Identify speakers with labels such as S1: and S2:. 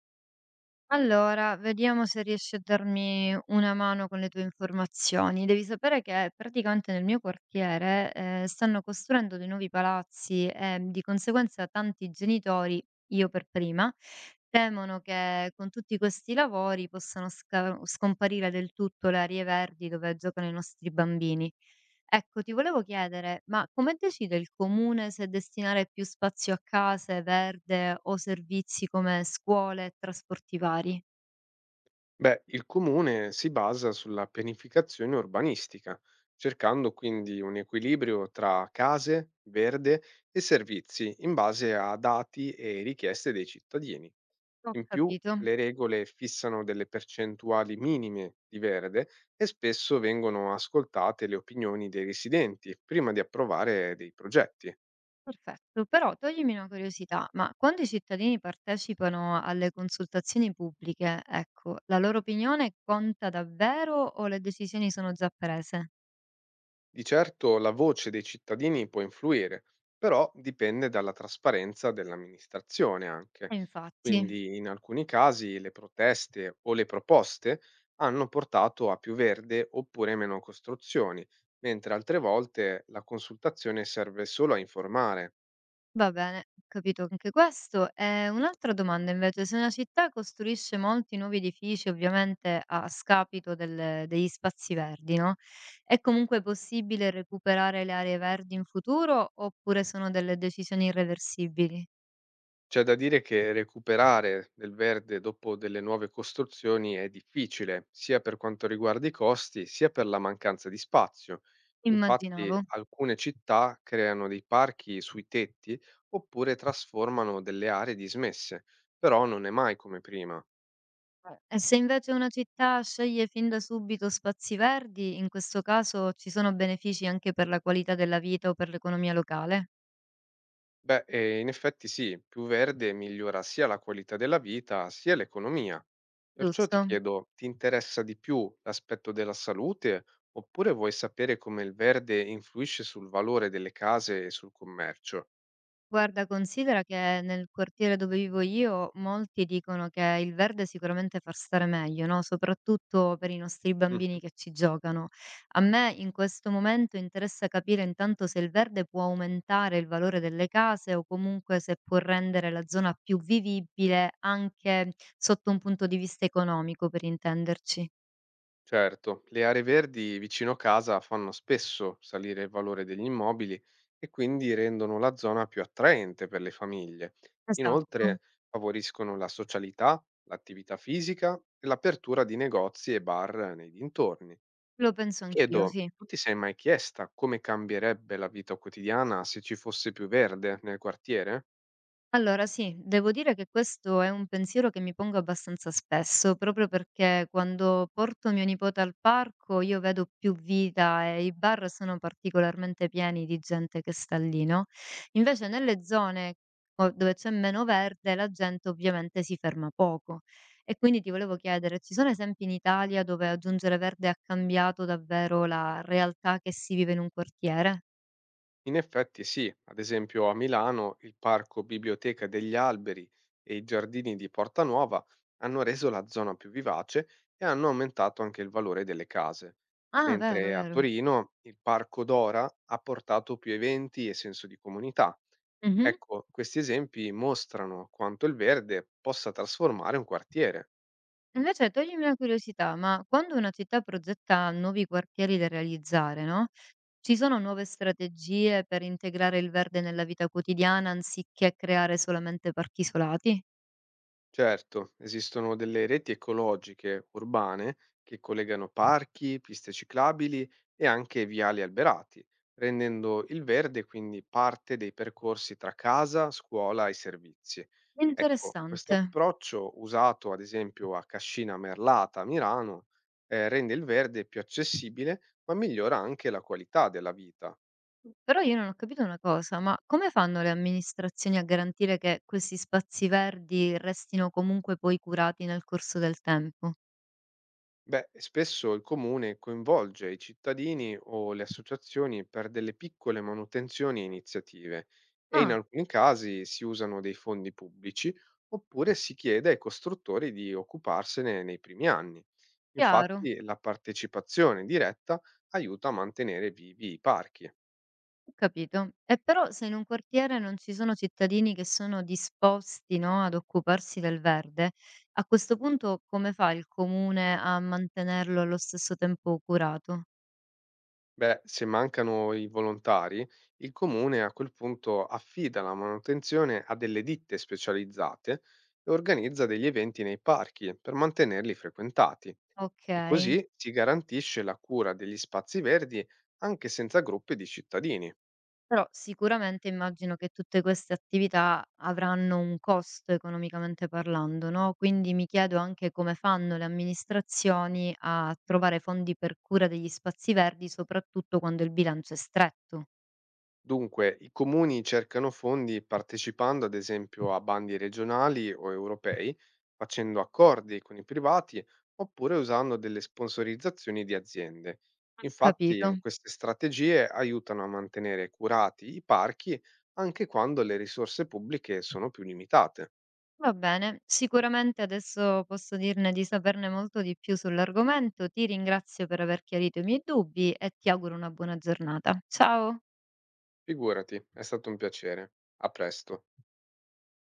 S1: Allora, vediamo se riesci a darmi una mano con le tue informazioni. Devi sapere che praticamente nel mio quartiere, stanno costruendo dei nuovi palazzi e di conseguenza tanti genitori, io per prima, temono che con tutti questi lavori possano scomparire del tutto le aree verdi dove giocano i nostri bambini. Ecco, ti volevo chiedere, ma come decide il comune se destinare più spazio a case, verde o servizi come scuole e trasporti vari?
S2: Beh, il comune si basa sulla pianificazione urbanistica, cercando quindi un equilibrio tra case, verde e servizi in base a dati e richieste dei cittadini.
S1: Ho
S2: In più,
S1: capito.
S2: le regole fissano delle percentuali minime di verde e spesso vengono ascoltate le opinioni dei residenti prima di approvare dei progetti.
S1: Perfetto, però toglimi una curiosità, ma quando i cittadini partecipano alle consultazioni pubbliche, ecco, la loro opinione conta davvero o le decisioni sono già prese?
S2: Di certo la voce dei cittadini può influire, però dipende dalla trasparenza dell'amministrazione anche.
S1: Infatti.
S2: Quindi in alcuni casi le proteste o le proposte hanno portato a più verde oppure meno costruzioni, mentre altre volte la consultazione serve solo a informare.
S1: Va bene, ho capito anche questo. E un'altra domanda invece, se una città costruisce molti nuovi edifici, ovviamente a scapito degli spazi verdi, no? È comunque possibile recuperare le aree verdi in futuro oppure sono delle decisioni irreversibili?
S2: C'è da dire che recuperare del verde dopo delle nuove costruzioni è difficile, sia per quanto riguarda i costi, sia per la mancanza di spazio. Infatti,
S1: Immaginavo.
S2: alcune città creano dei parchi sui tetti oppure trasformano delle aree dismesse, però non è mai come prima.
S1: E se invece una città sceglie fin da subito spazi verdi, in questo caso ci sono benefici anche per la qualità della vita o per l'economia locale,
S2: Beh, in effetti sì, più verde migliora sia la qualità della vita sia l'economia. Perciò ti
S1: giusto?
S2: chiedo, ti interessa di più l'aspetto della salute oppure vuoi sapere come il verde influisce sul valore delle case e sul commercio?
S1: Guarda, considera che nel quartiere dove vivo io molti dicono che il verde sicuramente fa stare meglio, no? Soprattutto per i nostri bambini che ci giocano. A me in questo momento interessa capire intanto se il verde può aumentare il valore delle case o comunque se può rendere la zona più vivibile anche sotto un punto di vista economico, per intenderci.
S2: Certo, le aree verdi vicino casa fanno spesso salire il valore degli immobili e quindi rendono la zona più attraente per le famiglie.
S1: Esatto,
S2: Inoltre favoriscono la socialità, l'attività fisica e l'apertura di negozi e bar nei dintorni.
S1: lo penso anch'io,
S2: Chiedo,
S1: sì.
S2: tu ti sei mai chiesta come cambierebbe la vita quotidiana se ci fosse più verde nel quartiere?
S1: Allora sì, devo dire che questo è un pensiero che mi pongo abbastanza spesso, proprio perché quando porto mio nipote al parco io vedo più vita e i bar sono particolarmente pieni di gente che sta lì, no? Invece nelle zone dove c'è meno verde la gente ovviamente si ferma poco. E quindi ti volevo chiedere, ci sono esempi in Italia dove aggiungere verde ha cambiato davvero la realtà che si vive in un quartiere?
S2: In effetti sì, ad esempio a Milano il parco Biblioteca degli Alberi e i giardini di Porta Nuova hanno reso la zona più vivace e hanno aumentato anche il valore delle case,
S1: Ah, vero,
S2: mentre a
S1: vero.
S2: Torino il parco Dora ha portato più eventi e senso di comunità. Ecco, questi esempi mostrano quanto il verde possa trasformare un quartiere.
S1: Invece toglimi una curiosità, ma quando una città progetta nuovi quartieri da realizzare, no? Ci sono nuove strategie per integrare il verde nella vita quotidiana anziché creare solamente parchi isolati?
S2: Certo, esistono delle reti ecologiche urbane che collegano parchi, piste ciclabili e anche viali alberati, rendendo il verde quindi parte dei percorsi tra casa, scuola e servizi. Ecco, questo
S1: Interessante.
S2: approccio usato ad esempio a Cascina Merlata a Milano rende il verde più accessibile, ma migliora anche la qualità della vita.
S1: Però io non ho capito una cosa, ma come fanno le amministrazioni a garantire che questi spazi verdi restino comunque poi curati nel corso del tempo?
S2: Beh, spesso il comune coinvolge i cittadini o le associazioni per delle piccole manutenzioni e iniziative e in
S1: Ah,
S2: alcuni casi si usano dei fondi pubblici oppure si chiede ai costruttori di occuparsene nei primi anni.
S1: chiaro.
S2: Infatti la partecipazione diretta aiuta a mantenere vivi i parchi.
S1: Ho capito. E però se in un quartiere non ci sono cittadini che sono disposti, no, ad occuparsi del verde, a questo punto come fa il comune a mantenerlo allo stesso tempo curato?
S2: Beh, se mancano i volontari, il comune a quel punto affida la manutenzione a delle ditte specializzate e organizza degli eventi nei parchi per mantenerli frequentati. E
S1: Okay.
S2: così si garantisce la cura degli spazi verdi anche senza gruppi di cittadini.
S1: Però sicuramente immagino che tutte queste attività avranno un costo economicamente parlando, no, quindi mi chiedo anche come fanno le amministrazioni a trovare fondi per cura degli spazi verdi, soprattutto quando il bilancio è stretto.
S2: Dunque, i comuni cercano fondi partecipando ad esempio a bandi regionali o europei, facendo accordi con i privati oppure usando delle sponsorizzazioni di aziende.
S1: Ho
S2: Infatti,
S1: capito.
S2: queste strategie aiutano a mantenere curati i parchi anche quando le risorse pubbliche sono più limitate.
S1: Va bene, sicuramente adesso posso dirne di saperne molto di più sull'argomento. Ti ringrazio per aver chiarito i miei dubbi e ti auguro una buona giornata. Ciao!
S2: Figurati, è stato un piacere. A presto.